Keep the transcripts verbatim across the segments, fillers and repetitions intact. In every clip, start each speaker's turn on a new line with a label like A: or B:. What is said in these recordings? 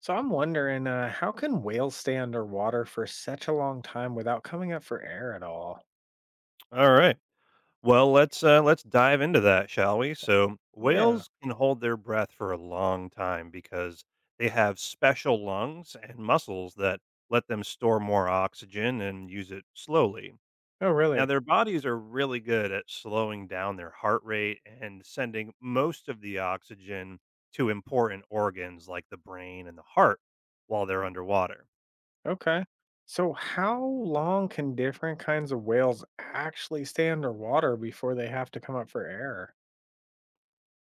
A: So I'm wondering, uh, how can whales stay underwater for such a long time without coming up for air at all?
B: All right. Well, let's uh, let's dive into that, shall we? So
A: Yeah.
B: whales can hold their breath for a long time because they have special lungs and muscles that let them store more oxygen and use it slowly.
A: Oh,
B: Now
A: really?
B: their bodies are really good at slowing down their heart rate and sending most of the oxygen to important organs like the brain and the heart while they're underwater.
A: Okay. So how long can different kinds of whales actually stay underwater before they have to come up for air?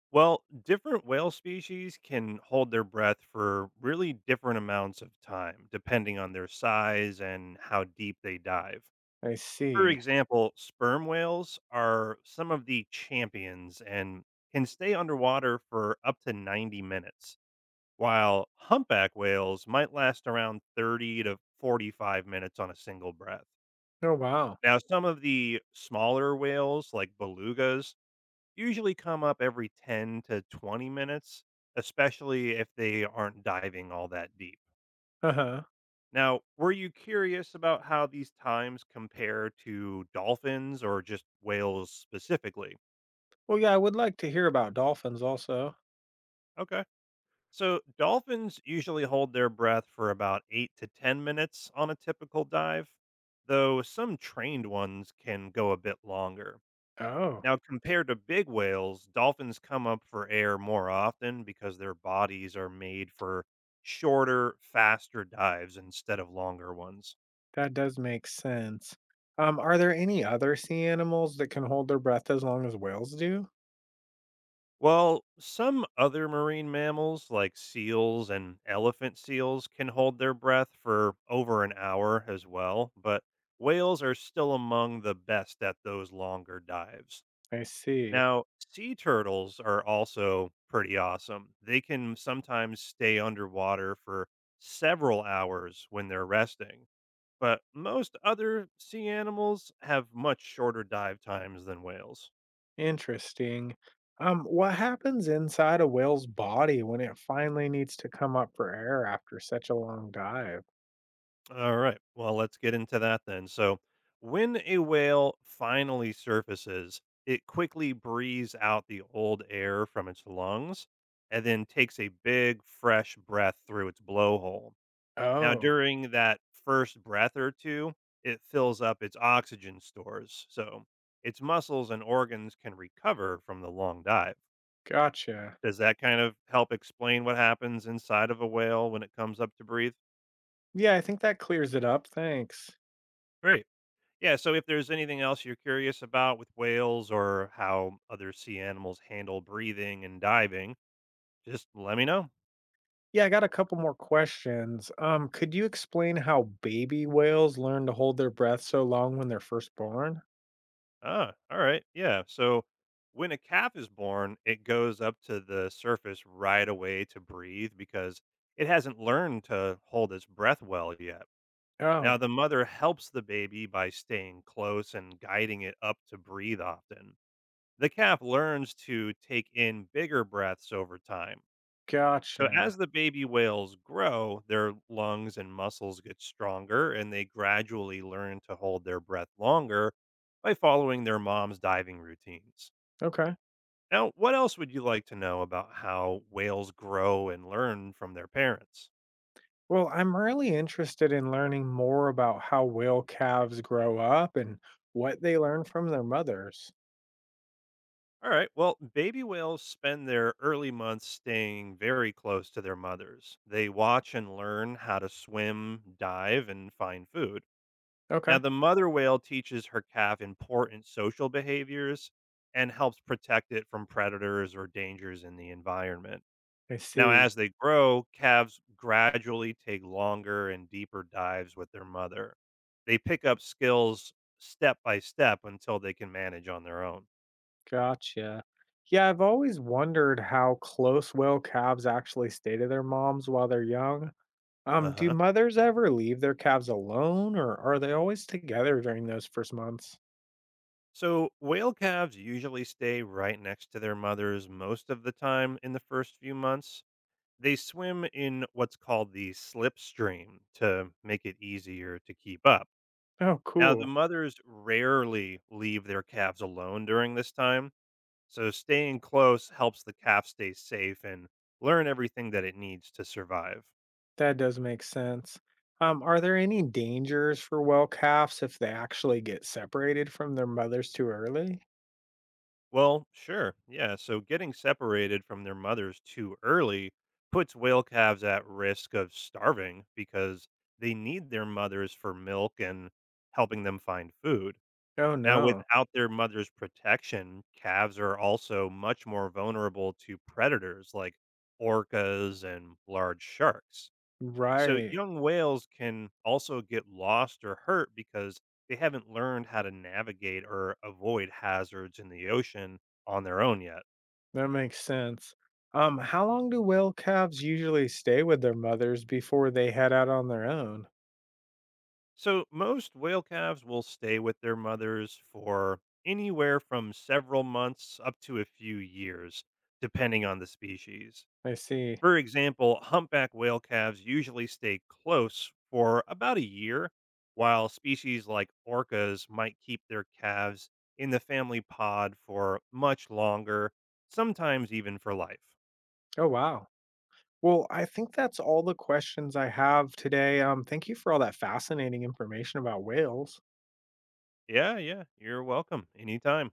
B: Well, different whale species can hold their breath for really different amounts of time, depending on their size and how deep they dive.
A: I
B: For
A: see.
B: example, sperm whales are some of the champions and can stay underwater for up to ninety minutes, while humpback whales might last around thirty to forty-five minutes on a single breath.
A: Oh, wow.
B: Now, some of the smaller whales, like belugas, usually come up every ten to twenty minutes, especially if they aren't diving all that deep.
A: Uh-huh.
B: Now, were you curious about how these times compare to dolphins or just whales specifically?
A: Well, yeah, I would like to hear about dolphins also.
B: Okay. So, dolphins usually hold their breath for about eight to ten minutes on a typical dive, though some trained ones can go a bit longer.
A: Oh,
B: Now, compared to big whales, dolphins come up for air more often because their bodies are made for shorter, faster dives instead of longer ones.
A: that does make sense. Um, are there any other sea animals that can hold their breath as long as whales do?
B: While some other marine mammals, like seals and elephant seals, can hold their breath for over an hour as well, but whales are still among the best at those longer dives.
A: I see.
B: Now, sea turtles are also pretty awesome. They can sometimes stay underwater for several hours when they're resting, but most other sea animals have much shorter dive times than whales.
A: Interesting. Um, what happens inside a whale's body when it finally needs to come up for air after such a long dive?
B: All right, well, let's get into that then. So, when a whale finally surfaces, it quickly breathes out the old air from its lungs and then takes a big, fresh breath through its blowhole. Now,
A: Oh,
B: during that first breath or two, it fills up its oxygen stores, so its muscles and organs can recover from the long dive.
A: gotcha.
B: Does that kind of help explain what happens inside of a whale when it comes up to breathe?
A: Yeah, I think that clears it up. Thanks.
B: Great. Yeah, so if there's anything else you're curious about with whales or how other sea animals handle breathing and diving, just let me know.
A: Yeah, I got a couple more questions. Um, could you explain how baby whales learn to hold their breath so long when they're first born?
B: Ah, all right. Yeah. So when a calf is born, it goes up to the surface right away to breathe because it hasn't learned to hold its breath well yet.
A: Oh,
B: Now, the mother helps the baby by staying close and guiding it up to breathe often. The calf learns to take in bigger breaths over time. So as
A: gotcha.
B: the baby whales grow, their lungs and muscles get stronger and they gradually learn to hold their breath longer by following their mom's diving routines.
A: Okay.
B: Now, what else would you like to know about how whales grow and learn from their parents?
A: Well, I'm really interested in learning more about how whale calves grow up and what they learn from their mothers.
B: All right, well, baby whales spend their early months staying very close to their mothers. They watch and learn how to swim, dive, and find food. Now,
A: Okay.
B: the mother whale teaches her calf important social behaviors and helps protect it from predators or dangers in the environment.
A: I
B: Now,
A: see.
B: as they grow, calves gradually take longer and deeper dives with their mother. They pick up skills step by step until they can manage on their own.
A: Gotcha. Yeah, I've always wondered how close will calves actually stay to their moms while they're young.
B: Uh
A: Um, do
B: huh.
A: mothers ever leave their calves alone, or are they always together during those first months?
B: So, whale calves usually stay right next to their mothers most of the time in the first few months. They swim in what's called the slipstream to make it easier to keep up.
A: Oh,
B: Now, the
A: cool.
B: mothers rarely leave their calves alone during this time, so staying close helps the calf stay safe and learn everything that it needs to survive.
A: That does make sense. Um, are there any dangers for well calves if they actually get separated from their mothers too early?
B: Well, sure, yeah, so getting separated from their mothers too early puts whale calves at risk of starving because they need their mothers for milk and helping them find food.
A: Oh,
B: Now,
A: no.
B: without their mother's protection, calves are also much more vulnerable to predators like orcas and large sharks. So,
A: Right.
B: young whales can also get lost or hurt because they haven't learned how to navigate or avoid hazards in the ocean on their own yet.
A: That makes sense. Um, how long do whale calves usually stay with their mothers before they head out on their own?
B: So, most whale calves will stay with their mothers for anywhere from several months up to a few years, depending on the species.
A: I see.
B: For example, humpback whale calves usually stay close for about a year, while species like orcas might keep their calves in the family pod for much longer, sometimes even for life.
A: Oh, wow. Well, I think that's all the questions I have today. Um, thank you for all that fascinating information about whales.
B: Yeah, yeah, you're welcome anytime.